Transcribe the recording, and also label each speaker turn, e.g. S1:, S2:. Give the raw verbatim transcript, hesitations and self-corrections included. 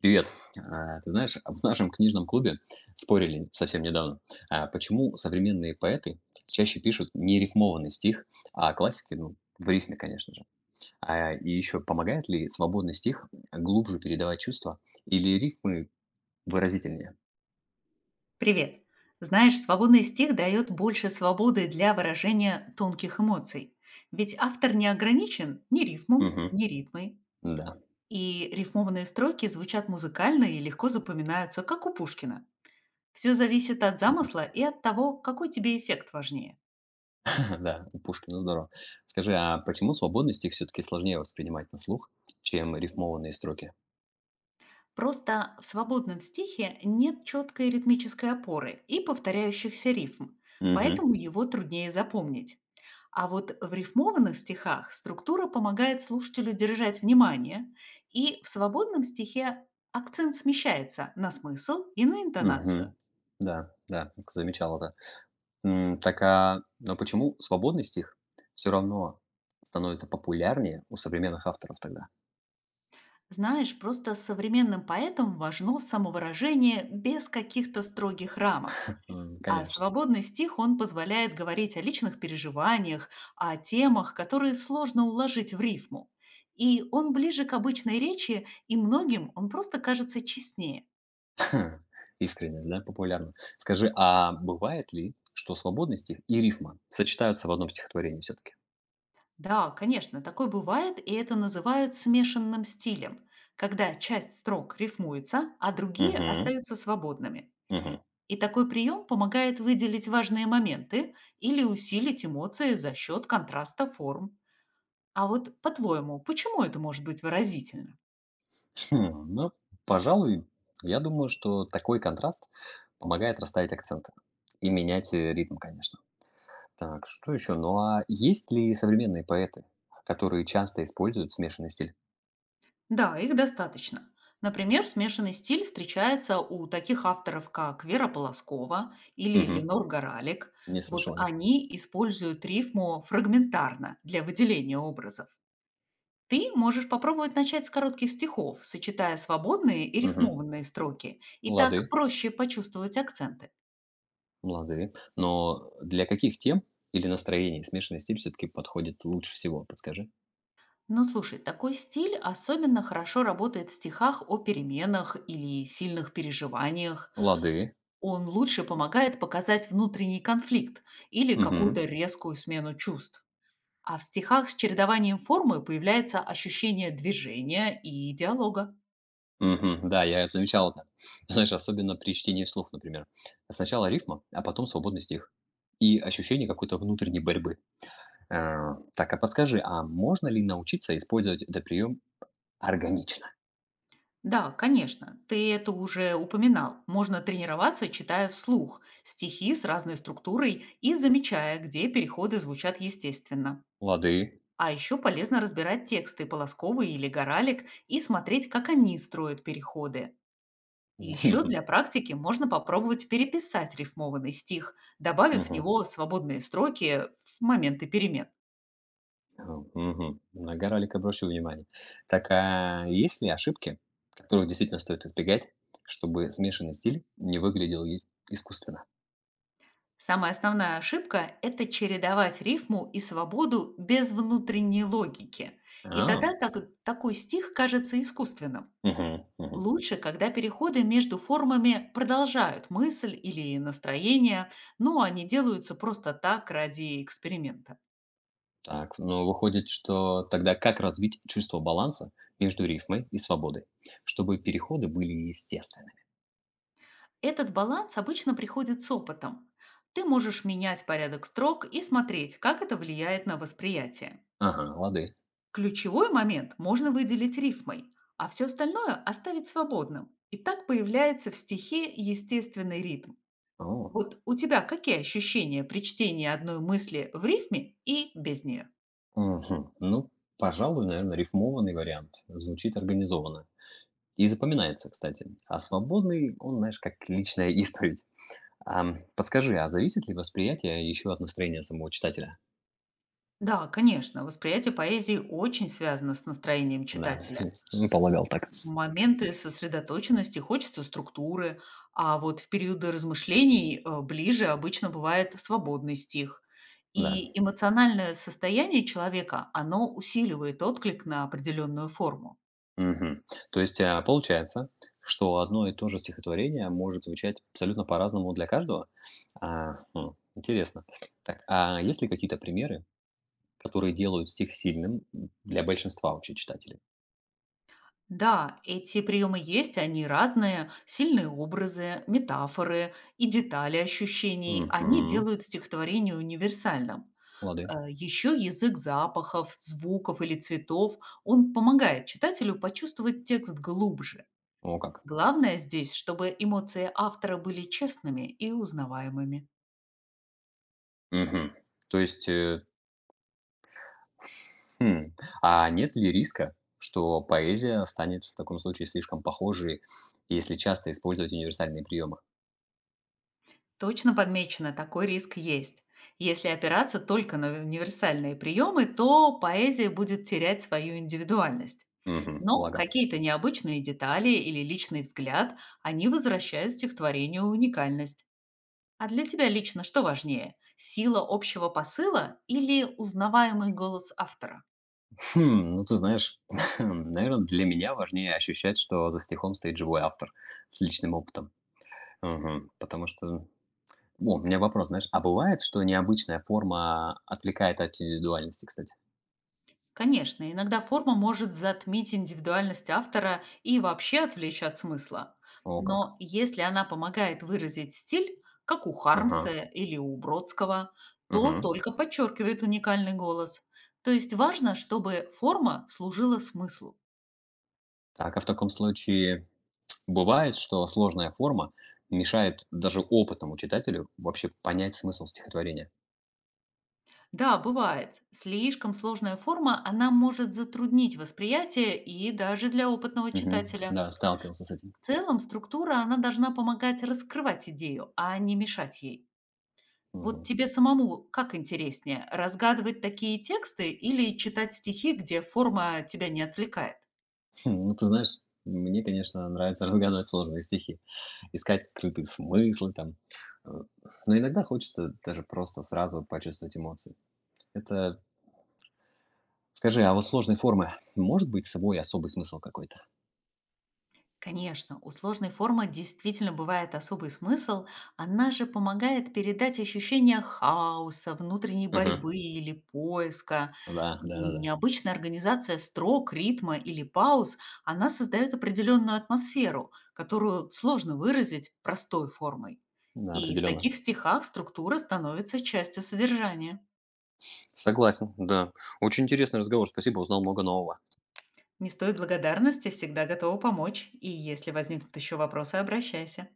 S1: Привет. А, Ты знаешь, в нашем книжном клубе спорили совсем недавно, а, почему современные поэты чаще пишут не рифмованный стих, а классики, ну, в рифме, конечно же. А, И еще помогает ли свободный стих глубже передавать чувства или рифмы выразительнее?
S2: Привет! Знаешь, свободный стих дает больше свободы для выражения тонких эмоций. Ведь автор не ограничен ни рифмом,
S1: Мгм.
S2: ни ритмой.
S1: Да,
S2: И рифмованные строки звучат музыкально и легко запоминаются, как у Пушкина. Все зависит от замысла и от того, какой тебе эффект важнее.
S1: да, у Пушкина здорово. Скажи, а почему свободный стих все-таки сложнее воспринимать на слух, чем рифмованные строки?
S2: Просто в свободном стихе нет четкой ритмической опоры и повторяющихся рифм,
S1: Угу,
S2: поэтому его труднее запомнить. А вот в рифмованных стихах структура помогает слушателю держать внимание, и в свободном стихе акцент смещается на смысл и на интонацию.
S1: угу. Да, да, замечал это. М, так, а, но почему свободный стих все равно становится популярнее у современных авторов тогда?
S2: Знаешь, просто современным поэтам важно самовыражение без каких-то строгих рамок.
S1: М,
S2: А
S1: конечно.
S2: свободный стих, он позволяет говорить о личных переживаниях, о темах, которые сложно уложить в рифму. И он ближе к обычной речи, и многим он просто кажется честнее.
S1: Искренность, да, популярна. Скажи, а бывает ли, что свободный стих и рифма сочетаются в одном стихотворении все таки.
S2: Да, конечно, такое бывает, и это называют смешанным стилем, когда часть строк рифмуется, а другие
S1: Мгм,
S2: остаются свободными.
S1: мгм.
S2: И такой прием помогает выделить важные моменты или усилить эмоции за счет контраста форм. А вот по-твоему, почему это может быть выразительно?
S1: Хм, ну, пожалуй, я думаю, что такой контраст помогает расставить акценты и менять, э, ритм, конечно. Так, что еще? Ну, а есть ли современные поэты, которые часто используют смешанный стиль?
S2: Да, их достаточно. Например, смешанный стиль встречается у таких авторов, как Вера Полоскова или Ленор Горалик.
S1: Не
S2: Вот
S1: слышал о них.
S2: они используют рифму фрагментарно для выделения образов. Ты можешь попробовать начать с коротких стихов, сочетая свободные и
S1: Мгм.
S2: рифмованные строки, и
S1: Лады,
S2: так проще почувствовать акценты.
S1: лады. Но для каких тем или настроений смешанный стиль все-таки подходит лучше всего, подскажи?
S2: Но слушай, такой стиль особенно хорошо работает в стихах о переменах или сильных переживаниях.
S1: Лады.
S2: Он лучше помогает показать внутренний конфликт или
S1: Мгм.
S2: какую-то резкую смену чувств. А в стихах с чередованием формы появляется ощущение движения и диалога.
S1: Мгм. Да, я замечал это. Знаешь, особенно при чтении вслух, например. Сначала рифма, а потом свободный стих. И ощущение какой-то внутренней борьбы. Э, Так, а подскажи, а можно ли научиться использовать этот прием органично?
S2: Да, конечно, ты это уже упоминал. Можно тренироваться, читая вслух стихи с разной структурой и замечая, где переходы звучат естественно.
S1: Лады.
S2: А еще полезно разбирать тексты Полосковой или Горалик и смотреть, как они строят переходы. Еще для практики можно попробовать переписать рифмованный стих, добавив в
S1: Мгм.
S2: него свободные строки в моменты перемен.
S1: Ага, мгм. На Гаралик обращу внимание. Так, а есть ли ошибки, которых действительно стоит избегать, чтобы смешанный стиль не выглядел и- искусственно?
S2: Самая основная ошибка — это чередовать рифму и свободу без внутренней логики. И
S1: А,
S2: тогда так- такой стих кажется искусственным.
S1: мгм, мгм.
S2: Лучше, когда переходы между формами продолжают мысль или настроение, но они делаются просто так ради эксперимента.
S1: Так, ну выходит, что тогда как развить чувство баланса между рифмой и свободой, чтобы переходы были естественными?
S2: Этот баланс обычно приходит с опытом. Ты можешь менять порядок строк и смотреть, как это влияет на восприятие.
S1: Ага, лады.
S2: Ключевой момент можно выделить рифмой, а все остальное оставить свободным. И так появляется в стихе естественный ритм.
S1: О,
S2: Вот у тебя какие ощущения при чтении одной мысли в рифме и без нее?
S1: мгм. Ну, пожалуй, наверное, рифмованный вариант. Звучит организованно. И запоминается, кстати. А свободный, он, знаешь, как личная исповедь. Ам, подскажи, а зависит ли восприятие еще от настроения самого читателя?
S2: Да, конечно, восприятие поэзии очень связано с настроением
S1: Да,
S2: читателя.
S1: м, полагал так.
S2: Моменты сосредоточенности хочется структуры, а вот в периоды размышлений э, ближе обычно бывает свободный стих.
S1: Да.
S2: И эмоциональное состояние человека, оно усиливает отклик на определенную форму.
S1: Мгм. То есть, а, получается, что одно и то же стихотворение может звучать абсолютно по-разному для каждого? А, хм, интересно. Так, а есть ли какие-то примеры, которые делают стих сильным для большинства вообще читателей?
S2: Да, эти приемы есть, они разные, сильные образы, метафоры и детали ощущений, они
S1: Мгм.
S2: делают стихотворение универсальным.
S1: Лады.
S2: Еще язык запахов, звуков или цветов, он помогает читателю почувствовать текст глубже.
S1: О как.
S2: Главное здесь, чтобы эмоции автора были честными и узнаваемыми.
S1: Мгм. То есть, э, хм. А нет ли риска, что поэзия станет в таком случае слишком похожей, если часто использовать универсальные приемы?
S2: Точно подмечено, такой риск есть. Если опираться только на универсальные приемы, то поэзия будет терять свою индивидуальность.
S1: Мгм,
S2: Но
S1: полагал.
S2: какие-то необычные детали или личный взгляд, они возвращают стихотворению уникальность. А для тебя лично что важнее? Сила общего посыла или узнаваемый голос автора?
S1: Хм, ну ты знаешь, наверное, для меня важнее ощущать, что за стихом стоит живой автор с личным опытом. Мгм, потому что... О, у меня вопрос, знаешь, а бывает, что необычная форма отвлекает от индивидуальности, кстати?
S2: Конечно, иногда форма может затмить индивидуальность автора и вообще отвлечь от смысла.
S1: О, как.
S2: Но если она помогает выразить стиль, как у
S1: Ага,
S2: Хармса или у Бродского, то
S1: мгм.
S2: только подчеркивает уникальный голос. То есть важно, чтобы форма служила смыслу.
S1: Так, а в таком случае бывает, что сложная форма мешает даже опытному читателю вообще понять смысл стихотворения.
S2: Да, бывает. Слишком сложная форма, она может затруднить восприятие и даже для опытного
S1: Мгм.
S2: читателя.
S1: Да, сталкивался с этим.
S2: В целом структура, она должна помогать раскрывать идею, а не мешать ей. Вот
S1: Мгм.
S2: тебе самому как интереснее: разгадывать такие тексты или читать стихи, где форма тебя не отвлекает?
S1: Хм, ну, ты знаешь, мне, конечно, нравится разгадывать сложные стихи, искать скрытые смыслы там. Э, Но иногда хочется даже просто сразу почувствовать эмоции. Это... Скажи, а вот сложной формы может быть свой особый смысл какой-то?
S2: Конечно, у сложной формы действительно бывает особый смысл. Она же помогает передать ощущение хаоса, внутренней
S1: Мгм.
S2: борьбы или поиска.
S1: Да, да, да,
S2: М,
S1: да.
S2: Необычная организация строк, ритма или пауз, она создает определенную атмосферу, которую сложно выразить простой формой.
S1: Да,
S2: И в
S1: определенно.
S2: таких стихах структура становится частью содержания.
S1: Согласен, да. Очень интересный разговор. Спасибо, узнал много нового.
S2: Не стоит благодарности, всегда готова помочь. И если возникнут еще вопросы, обращайся.